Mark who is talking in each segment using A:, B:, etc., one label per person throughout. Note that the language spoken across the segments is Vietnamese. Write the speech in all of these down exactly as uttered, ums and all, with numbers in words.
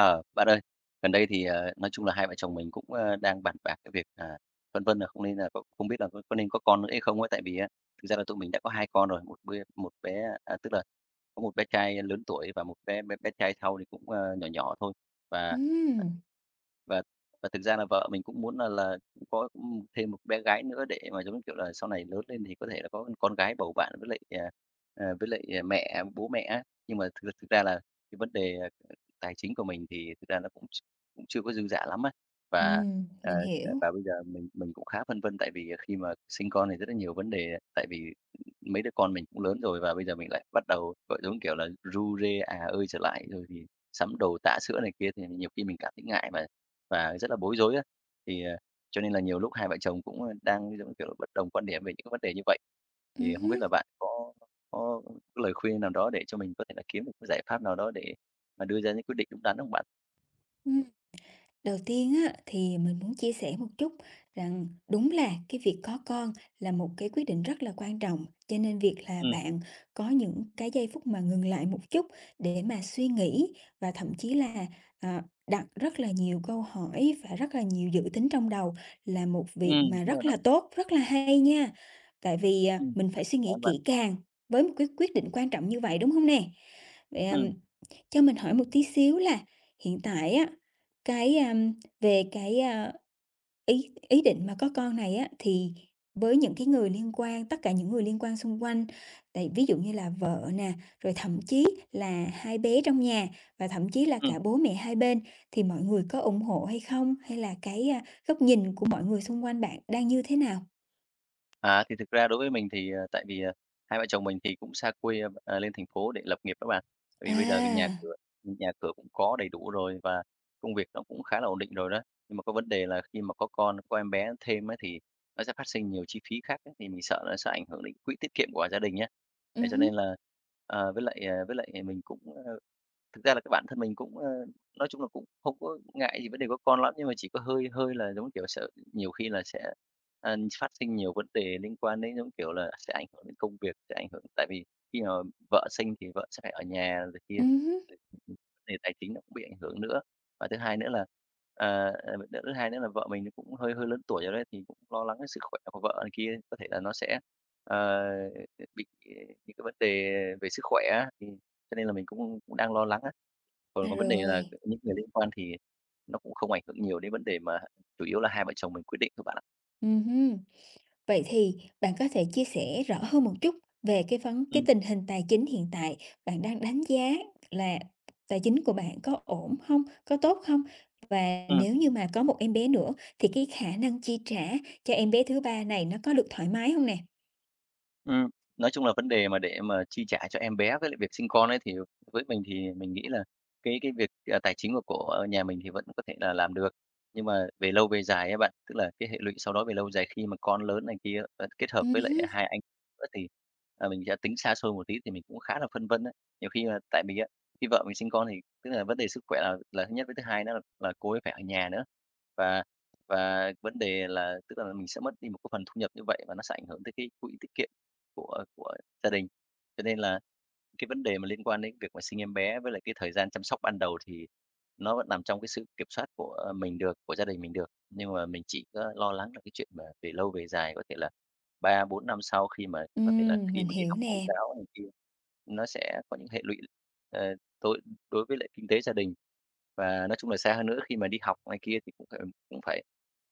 A: Ờ, Bạn ơi, gần đây thì, ờ, nói chung là hai vợ chồng mình cũng, ơ, đang bàn bạc cái việc, à, phân vân là không nên là có không biết là có có nên có con nữa hay không ấy. Tại vì á, thực ra là tụi mình đã có hai con rồi, một bé một bé à, tức là có một bé trai lớn tuổi và một bé bé bé trai sau thì cũng, ơ, nhỏ nhỏ thôi. Và
B: Ừm,
A: và và thực ra là vợ mình cũng muốn là là cũng có, thêm một bé gái nữa để mà, giống như kiểu là, sau này lớn lên thì có thể là có con gái bầu bạn với lại, à, à, với lại, à, mẹ bố mẹ á. Nhưng mà thực thực ra là cái vấn đề à, tài chính của mình thì thực ra nó cũng ch cũng chưa có dư dả lắm á. Và,
B: ừm,
A: ờ,
B: mình
A: ờ,
B: hiểu.
A: và bây giờ mình mình cũng khá phân vân tại vì khi mà sinh con thì rất là nhiều vấn đề, tại vì mấy đứa con mình cũng lớn rồi và bây giờ mình lại bắt đầu, gọi, giống kiểu là, ru rê, à ơi trở lại, rồi thì sắm đồ tã sữa này kia thì nhiều khi mình cảm thấy ngại và và rất là bối rối á. Thì, ờ, cho nên là nhiều lúc hai vợ chồng cũng, ờ, đang, giống kiểu là, bất đồng quan điểm về những cái vấn đề như vậy. Thì không biết
B: Ừm
A: là bạn có có lời khuyên nào đó để cho mình có thể là kiếm được cái giải pháp nào đó để và đưa ra những quyết định đúng đắn không bạn?
B: ừm. Đầu tiên á, thì mình muốn chia sẻ một chút rằng đúng là cái việc có con là một cái quyết định rất là quan trọng, cho nên việc là
A: Ừm,
B: bạn có những cái giây phút mà ngừng lại một chút để mà suy nghĩ và thậm chí là, à, đặt rất là nhiều câu hỏi và rất là nhiều dự tính trong đầu là một việc
A: ừm,
B: mà
A: đúng rồi
B: rất
A: đó.
B: là tốt, rất là hay nha. Tại vì, à,
A: Ừm,
B: mình phải
A: cảm
B: suy nghĩ
A: ơn bạn.
B: kỹ càng với một cái quyết định quan trọng như vậy, đúng không nè? Vậy, ừm,
A: Ừm,
B: cho mình hỏi một tí xíu là hiện tại á, cái, a, về cái, a, ý ý định mà có con này á, thì với những cái người liên quan, tất cả những người liên quan xung quanh, tại ví dụ như là vợ nè, rồi thậm chí là hai bé trong nhà và thậm chí là
A: ừm.
B: cả bố mẹ hai bên, thì mọi người có ủng hộ hay không? Hay là cái, a, góc nhìn của mọi người xung quanh bạn đang như thế nào?
A: À, thì thực ra đối với mình thì, ờ, tại vì, ờ, hai vợ chồng mình thì cũng xa quê, ờ, ờ, lên thành phố để lập nghiệp đó bạn. Tại vì bây giờ cái nhà
B: À,
A: cửa nhà cửa cũng có đầy đủ rồi và công việc nó cũng khá là ổn định rồi đó. Nhưng mà có vấn đề là khi mà có con, có em bé thêm ấy thì nó sẽ phát sinh nhiều chi phí khác ấy, thì mình sợ nó sẽ ảnh hưởng đến quỹ tiết kiệm của gia đình nhé.
B: ừ
A: Thế cho
B: hứm,
A: nên là, ờ, với lại, ờ, với lại mình cũng, ơ thực ra là cái bản thân mình cũng, ơ, nói chung là cũng không có ngại gì vấn đề có con lắm, nhưng mà chỉ có hơi hơi là, giống kiểu, sợ nhiều khi là sẽ, a, phát sinh nhiều vấn đề liên quan đến, giống kiểu là, sẽ ảnh hưởng đến công việc, sẽ ảnh hưởng tại vì khi mà vợ sinh thì vợ sẽ phải ở nhà rồi kia,
B: ừm hứm,
A: rồi vấn đề tài chính nó cũng bị ảnh hưởng nữa. Và thứ hai nữa là, ờ, ờ, thứ hai nữa là vợ mình nó cũng hơi hơi lớn tuổi rồi đấy, thì cũng lo lắng cái sức khỏe của vợ này kia, có thể là nó sẽ, ờ, bị những cái vấn đề về sức khỏe á, thì cho nên là mình cũng cũng đang lo lắng á.
B: à,
A: Còn còn vấn đề là
B: rồi,
A: những người liên quan thì nó cũng không ảnh hưởng nhiều đến vấn đề mà chủ yếu là hai vợ chồng mình quyết định thôi bạn ạ.
B: ừ hưm. Vậy thì bạn có thể chia sẻ rõ hơn một chút về cái vấn cái
A: Ừm,
B: tình hình tài chính hiện tại, bạn đang đánh giá là tài chính của bạn có ổn không? Có tốt không? Và
A: ừm.
B: nếu như mà có một em bé nữa thì cái khả năng chi trả cho em bé thứ ba này nó có được thoải mái không nè?
A: Ừm, nói chung là vấn đề mà để mà chi trả cho em bé với lại việc sinh con ấy, thì với mình thì mình nghĩ là cái cái việc, à, tài chính mà của nhà mình thì vẫn có thể là làm được. Nhưng mà về lâu về dài ấy bạn, tức là cái hệ lụy sau đó về lâu dài khi mà con lớn này kia, ờ, kết hợp
B: Ừm
A: với lại
B: hứm.
A: hai anh nữa thì, à, mình sẽ tính xa xôi một tí thì mình cũng khá là phân vân á. Nhiều khi là tại vì á, khi vợ mình sinh con thì tức là vấn đề sức khỏe là là thứ nhất, với thứ hai nữa là là cô ấy phải ở nhà nữa. Và và vấn đề là tức là mình sẽ mất đi một cái phần thu nhập như vậy và nó sẽ ảnh hưởng tới cái quỹ tiết kiệm của của gia đình. Cho nên là cái vấn đề mà liên quan đến việc mà sinh em bé với lại cái thời gian chăm sóc ban đầu thì nó vẫn nằm trong cái sự kiểm soát của ờ, mình được, của gia đình mình được. Nhưng mà mình chỉ có lo lắng là cái chuyện mà về lâu về dài, có thể là ba bốn năm sau khi mà có thể là
B: Ừm,
A: khi
B: mình
A: mà đi
B: hiểu
A: học mẫu
B: nè.
A: giáo này kia, nó sẽ có những hệ lụy, ờ, tối đối với lại kinh tế gia đình. Và nói chung là xa hơn nữa khi mà đi học này kia thì cũng phải cũng phải,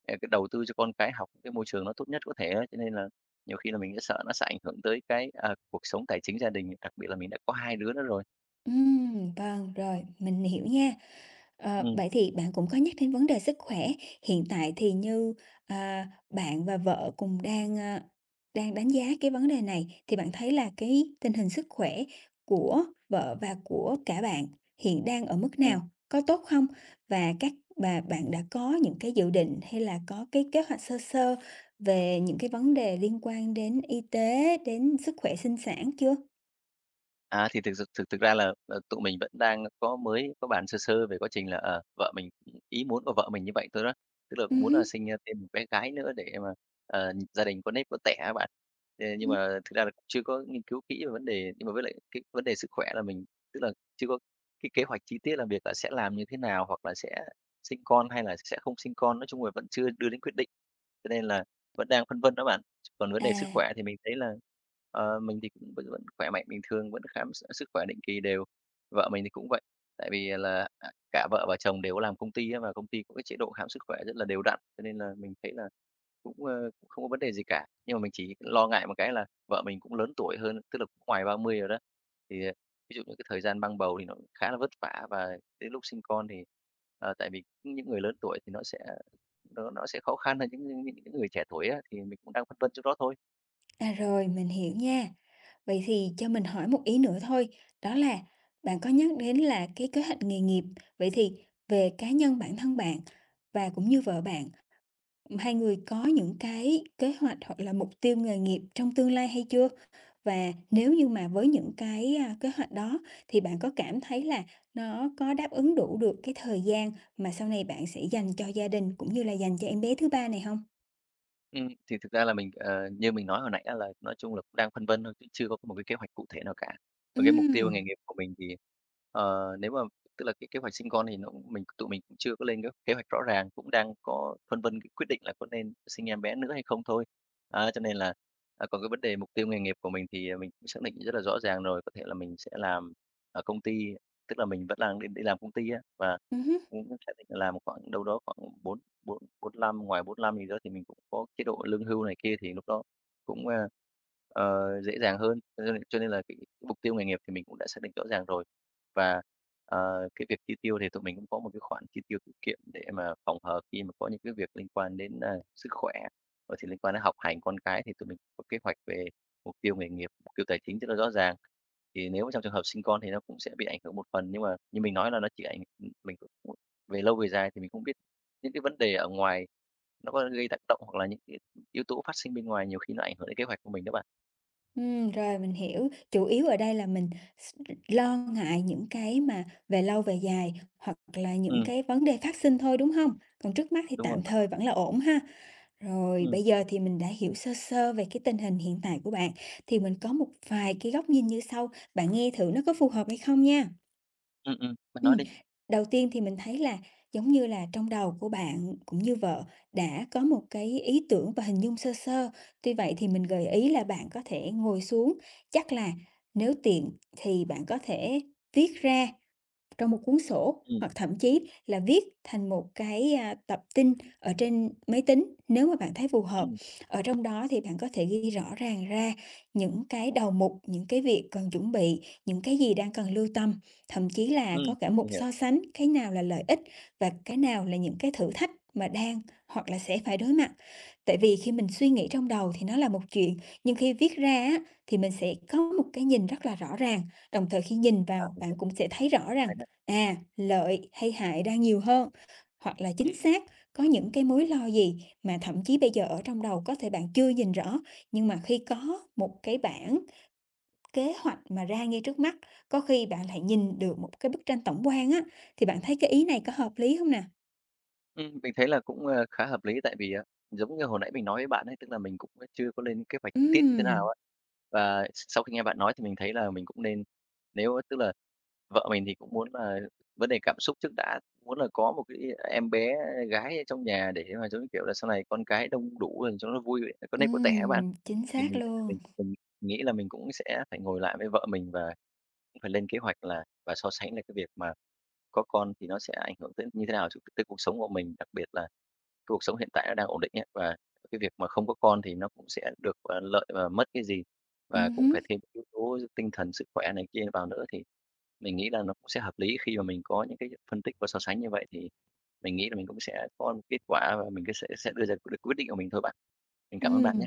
A: ờ, cái đầu tư cho con cái học cái môi trường nó tốt nhất có thể á, cho nên là nhiều khi là mình sẽ sợ nó sẽ ảnh hưởng tới cái, à, cuộc sống tài chính gia đình, đặc biệt là mình đã có hai đứa nữa rồi.
B: Ừm, vâng, rồi, mình hiểu nha. Ờ,
A: Ừm.
B: vậy thì bạn cũng có nhắc đến vấn đề sức khỏe, hiện tại thì như, à, bạn và vợ cùng đang, a, đang đánh giá cái vấn đề này, thì bạn thấy là cái tình hình sức khỏe của vợ và của cả bạn hiện đang ở mức
A: Ừm.
B: nào? Có tốt không? Và các và bạn đã có những cái dự định hay là có cái kế hoạch sơ sơ về những cái vấn đề liên quan đến y tế, đến sức khỏe sinh sản chưa?
A: À, thì thực sự thực thực ra là, ờ, tụi mình vẫn đang có mới có bàn sơ sơ về quá trình là, ờ, vợ mình ý muốn của vợ mình như vậy thôi đó. Tức là cũng
B: Ừm
A: muốn là
B: hứm.
A: sinh, thêm một bé gái nữa để mà, ờ, gia đình có nếp có tẻ các bạn. Ờ, nhưng mà thực ra là cũng chưa có nghiên cứu kỹ về vấn đề nhưng mà với lại cái vấn đề sức khỏe là mình tức là chưa có cái kế hoạch chi tiết là việc là sẽ làm như thế nào, hoặc là sẽ sinh con hay là sẽ không sinh con, nói chung là vẫn chưa đưa đến quyết định. Cho nên là vẫn đang phân vân đó bạn. Còn vấn
B: À,
A: đề sức khỏe thì mình thấy là, ờ, mình thì cũng vẫn vẫn khỏe mạnh bình thường, vẫn khám s sức khỏe định kỳ đều. Vợ mình thì cũng vậy, tại vì là, à, cả vợ và chồng đều làm công ty á, và công ty có cái chế độ khám sức khỏe rất là đều đặn, cho nên là mình thấy là cũng, ơ, cũng không có vấn đề gì cả. Nhưng mà mình chỉ lo ngại một cái là vợ mình cũng lớn tuổi hơn, tức là cũng ngoài ba mươi rồi đó, thì, ờ, ví dụ như cái thời gian mang bầu thì nó cũng khá là vất vả và đến lúc sinh con thì, ờ, tại vì những người lớn tuổi thì nó sẽ nó nó sẽ khó khăn hơn những những những người trẻ tuổi á, thì mình cũng đang phân vân chỗ đó thôi.
B: à, rồi, mình hiểu nha. Vậy thì cho mình hỏi một ý nữa thôi, đó là bạn có nhắc đến là cái kế hoạch nghề nghiệp, vậy thì về cá nhân bản thân bạn và cũng như vợ bạn, hai người có những cái kế hoạch hoặc là mục tiêu nghề nghiệp trong tương lai hay chưa? Và nếu như mà với những cái, a, kế hoạch đó thì bạn có cảm thấy là nó có đáp ứng đủ được cái thời gian mà sau này bạn sẽ dành cho gia đình cũng như là dành cho em bé thứ ba này không?
A: Ừm, thì thực ra là mình, ờ, như mình nói hồi nãy á là nói chung là cũng đang phân vân thôi chứ chưa có một cái kế hoạch cụ thể nào cả. Còn cái mục tiêu
B: Ừm,
A: nghề nghiệp của mình thì, ờ, nếu mà tức là cái kế hoạch sinh con thì nó cũng mình tụi mình cũng chưa có lên cái kế hoạch rõ ràng, cũng đang có phân vân cái quyết định là có nên sinh em bé nữa hay không thôi. Á, cho nên là, à, còn cái vấn đề mục tiêu nghề nghiệp của mình thì, à, mình cũng xác định rất là rõ ràng rồi, có thể là mình sẽ làm ở công ty, tức là mình vẫn đang đi đi làm công ty á, và
B: ừm
A: cũng xác định là làm khoảng đâu đó khoảng bốn bốn 45, ngoài bốn lăm thì đó thì mình cũng có chế độ lương hưu này kia thì lúc đó cũng, a, ờ, dễ dàng hơn. Cho nên cho nên là cái mục tiêu nghề nghiệp thì mình cũng đã xác định rõ ràng rồi. Và, ờ, cái việc chi tiêu thì tụi mình cũng có một cái khoản chi tiêu tiết kiệm để mà phòng hờ khi mà có những cái việc liên quan đến, a, sức khỏe, rồi thì liên quan đến học hành con cái thì tụi mình có kế hoạch về mục tiêu nghề nghiệp, mục tiêu tài chính rất là rõ ràng. Thì nếu mà trong trường hợp sinh con thì nó cũng sẽ bị ảnh hưởng một phần, nhưng mà như mình nói là nó chỉ ảnh mình cũng về lâu về dài thì mình không biết những cái vấn đề ở ngoài nó có gây tác động hoặc là những cái yếu tố phát sinh bên ngoài nhiều khi nó ảnh hưởng đến kế hoạch của mình đó bạn.
B: Ừm, rồi mình hiểu, chủ yếu ở đây là mình s lo ngại những cái mà về lâu về dài, hoặc là những
A: Ừm,
B: cái vấn đề phát sinh thôi, đúng không? Còn trước mắt thì
A: đúng
B: tạm
A: rồi bạn.
B: thời vẫn là ổn ha. Rồi,
A: Ừm,
B: bây giờ thì mình đã hiểu sơ sơ về cái tình hình hiện tại của bạn, thì mình có một vài cái góc nhìn như sau, bạn nghe thử nó có phù hợp hay không nha.
A: ừm, ừm, Bạn nói
B: Ừm,
A: đi.
B: đầu tiên thì mình thấy là giống như là trong đầu của bạn cũng như vợ đã có một cái ý tưởng và hình dung sơ sơ. Tuy vậy thì mình gợi ý là bạn có thể ngồi xuống, chắc là nếu tiện thì bạn có thể viết ra trong một cuốn sổ
A: Ừm,
B: hoặc thậm chí là viết thành một cái, a, tập tin ở trên máy tính nếu mà bạn thấy phù hợp.
A: ừm,
B: Ở trong đó thì bạn có thể ghi rõ ràng ra những cái đầu mục, những cái việc cần chuẩn bị, những cái gì đang cần lưu tâm, thậm chí là
A: ừm,
B: có cả mục
A: mình hiểu,
B: so sánh cái nào là lợi ích và cái nào là những cái thử thách mà đang hoặc là sẽ phải đối mặt. Tại vì khi mình suy nghĩ trong đầu thì nó là một chuyện, nhưng khi viết ra á, thì mình sẽ có một cái nhìn rất là rõ ràng, đồng thời khi nhìn
A: à,
B: vào
A: mình
B: bạn
A: hiểu,
B: cũng sẽ thấy rõ
A: hay
B: rằng,
A: đấy.
B: à, lợi hay hại đang nhiều hơn. Hoặc là chính
A: Ừm.
B: xác, có những cái mối lo gì mà thậm chí bây giờ ở trong đầu có thể bạn chưa nhìn rõ, nhưng mà khi có một cái bảng kế hoạch mà ra ngay trước mắt, có khi bạn lại nhìn được một cái bức tranh tổng quan á, thì bạn thấy cái ý này có hợp lý không nè?
A: Ừm, mình thấy là cũng, ờ, khá hợp lý tại vì, à, giống như hồi nãy mình nói với bạn ấy, tức là mình cũng chưa có lên kế hoạch chi tiết như thế nào
B: Ừm,
A: á. Và sau khi nghe bạn nói thì mình thấy là mình cũng nên nếu tức là vợ mình thì cũng muốn là vấn đề cảm xúc trước đã, muốn là có một cái em bé gái ở trong nhà để mà, giống như kiểu là, sau này con cái đông đủ rồi cho nó vui có nếp có tẻ á bạn.
B: ừm, chính
A: Thì
B: xác
A: mình
B: luôn.
A: mình mình nghĩ là mình cũng sẽ phải ngồi lại với vợ mình và cũng phải lên kế hoạch là và so sánh là cái việc mà có con thì nó sẽ ảnh hưởng tới như thế nào ch tới cuộc sống của mình, đặc biệt là cái cuộc sống hiện tại nó đang ổn định ấy, và cái việc mà không có con thì nó cũng sẽ được, ờ, lợi và mất cái gì, và cũng
B: Ừm
A: phải thêm yếu tố tinh thần, sức khỏe này kia vào nữa, thì mình nghĩ là nó cũng sẽ hợp lý khi mà mình có những cái phân tích và so sánh như vậy thì mình nghĩ là mình cũng sẽ có một kết quả và mình cứ sẽ sẽ đưa ra được quyết định của mình thôi bạn. Mình cảm ơn bạn
B: Ừm,
A: nhé.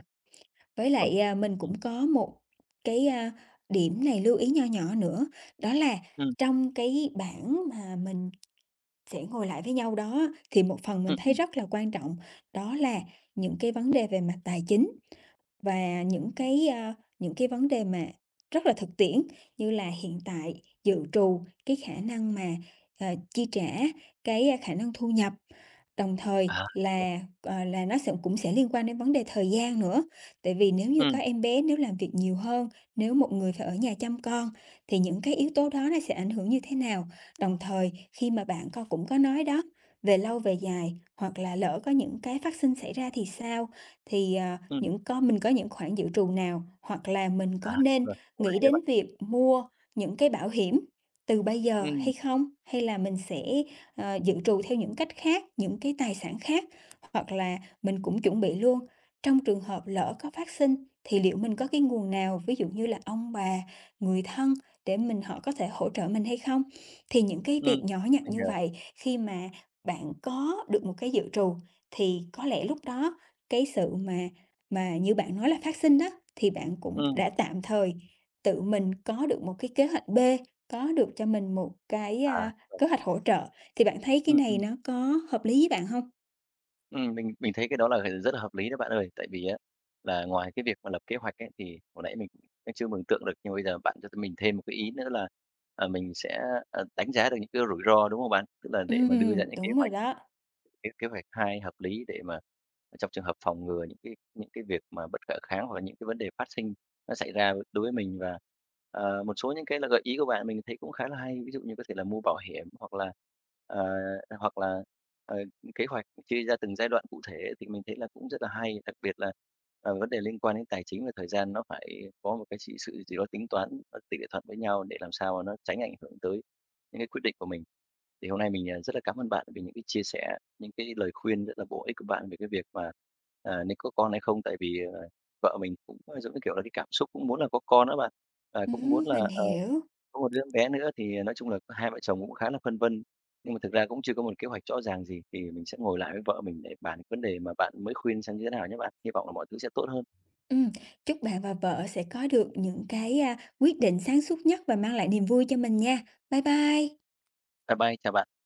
B: với
A: Còn
B: lại, à, mình cũng
A: ừm,
B: có một cái, a, điểm này lưu ý nho nhỏ nữa, đó là
A: ừm,
B: trong cái bảng mà mình sẽ ngồi lại với nhau đó thì một phần mình
A: ừm,
B: thấy
A: ừm,
B: rất là quan trọng, đó là những cái vấn đề về mặt tài chính và những cái, a, những cái vấn đề mà rất là thực tiễn, như là hiện tại dự trù, cái khả năng mà, ờ, chi trả, cái, a, khả năng thu nhập. Đồng thời
A: à,
B: là, ờ, là nó sẽ cũng sẽ liên quan đến vấn đề thời gian nữa, tại vì nếu như có
A: ừm,
B: em bé, nếu làm việc nhiều hơn, nếu một người phải ở nhà chăm con thì những cái yếu tố đó nó sẽ ảnh hưởng như thế nào? Đồng thời khi mà bạn co cũng có nói đó, về lâu về dài hoặc là lỡ có những cái phát sinh xảy ra thì sao? Thì, ờ,
A: ừm,
B: những có mình có những khoản dự trù nào? Hoặc là mình
A: à,
B: có
A: đúng
B: nên
A: rồi, cũng
B: nghĩ
A: hay đấy
B: đến
A: bạn.
B: việc mua những cái bảo hiểm từ bây giờ
A: Ừm,
B: hay không? Hay là mình sẽ ờ, dự trù theo những cách khác, những cái tài sản khác, hoặc là mình cũng chuẩn bị luôn. Trong trường hợp lỡ có phát sinh thì liệu mình có cái nguồn nào, ví dụ như là ông bà, người thân để mình họ có thể hỗ trợ mình hay không? Thì những cái việc
A: ừm,
B: nhỏ nhặt
A: mình
B: như
A: hiểu,
B: vậy khi mà bạn có được một cái dự trù thì có lẽ lúc đó cái sự mà mà như bạn nói là phát sinh đó, thì bạn cũng
A: ừm,
B: đã tạm thời tự mình có được một cái kế hoạch bê, có được cho mình một cái,
A: à,
B: a,
A: Đúng rồi,
B: kế hoạch hỗ trợ thì bạn thấy cái
A: ừm,
B: này
A: ừm.
B: nó có hợp lý với bạn không?
A: Ừm, mình mình thấy cái đó là rất là hợp lý đó bạn ơi. Tại vì á là ngoài cái việc mà lập kế hoạch ấy, thì hồi nãy mình cũng chưa mường tượng được, nhưng bây giờ bạn cho mình thêm một cái ý nữa là, à, mình sẽ, ờ, đánh giá được những cái rủi ro, đúng không bạn? Tức là để mà đưa ra
B: Ừm,
A: những kế
B: đúng rồi
A: hoạch
B: đó.
A: cái kế hoạch hai hợp lý để mà trong trường hợp phòng ngừa những cái những cái việc mà bất khả kháng hoặc là những cái vấn đề phát sinh nó xảy ra đối với mình. Và, ờ, một số những cái là gợi ý của bạn mình thấy cũng khá là hay, ví dụ như có thể là mua bảo hiểm hoặc là, ờ, hoặc là, ờ, kế hoạch chia ra từng giai đoạn cụ thể thì mình thấy là cũng rất là hay, đặc biệt là, ờ, vấn đề liên quan đến tài chính và thời gian nó phải có một cái chỉ sự gì đó tính toán, nó tỷ lệ thuận với nhau để làm sao mà nó tránh ảnh hưởng tới những cái quyết định của mình. Thì hôm nay mình, à, rất là cảm ơn bạn vì những cái chia sẻ những cái lời khuyên rất là bổ ích của bạn về cái việc mà, à, nên có con hay không. Tại vì, ờ, vợ mình cũng, ờ, giống như kiểu là, cái cảm xúc cũng muốn là có con đó bạn, à, cũng
B: Ừm,
A: muốn là,
B: mình
A: ờ,
B: hiểu.
A: có một đứa bé nữa thì nói chung là hai vợ chồng cũng khá là phân vân. Nhưng mà thực ra cũng chưa có một kế hoạch rõ ràng gì, thì mình sẽ ngồi lại với vợ mình để bàn cái vấn đề mà bạn mới khuyên xem như thế nào nhé bạn. Hy vọng là mọi thứ sẽ tốt hơn.
B: Ừm, chúc bạn và vợ sẽ có được những cái, a, quyết định sáng suốt nhất và mang lại niềm vui cho mình nha. Bye bye.
A: Bye bye, chào bạn.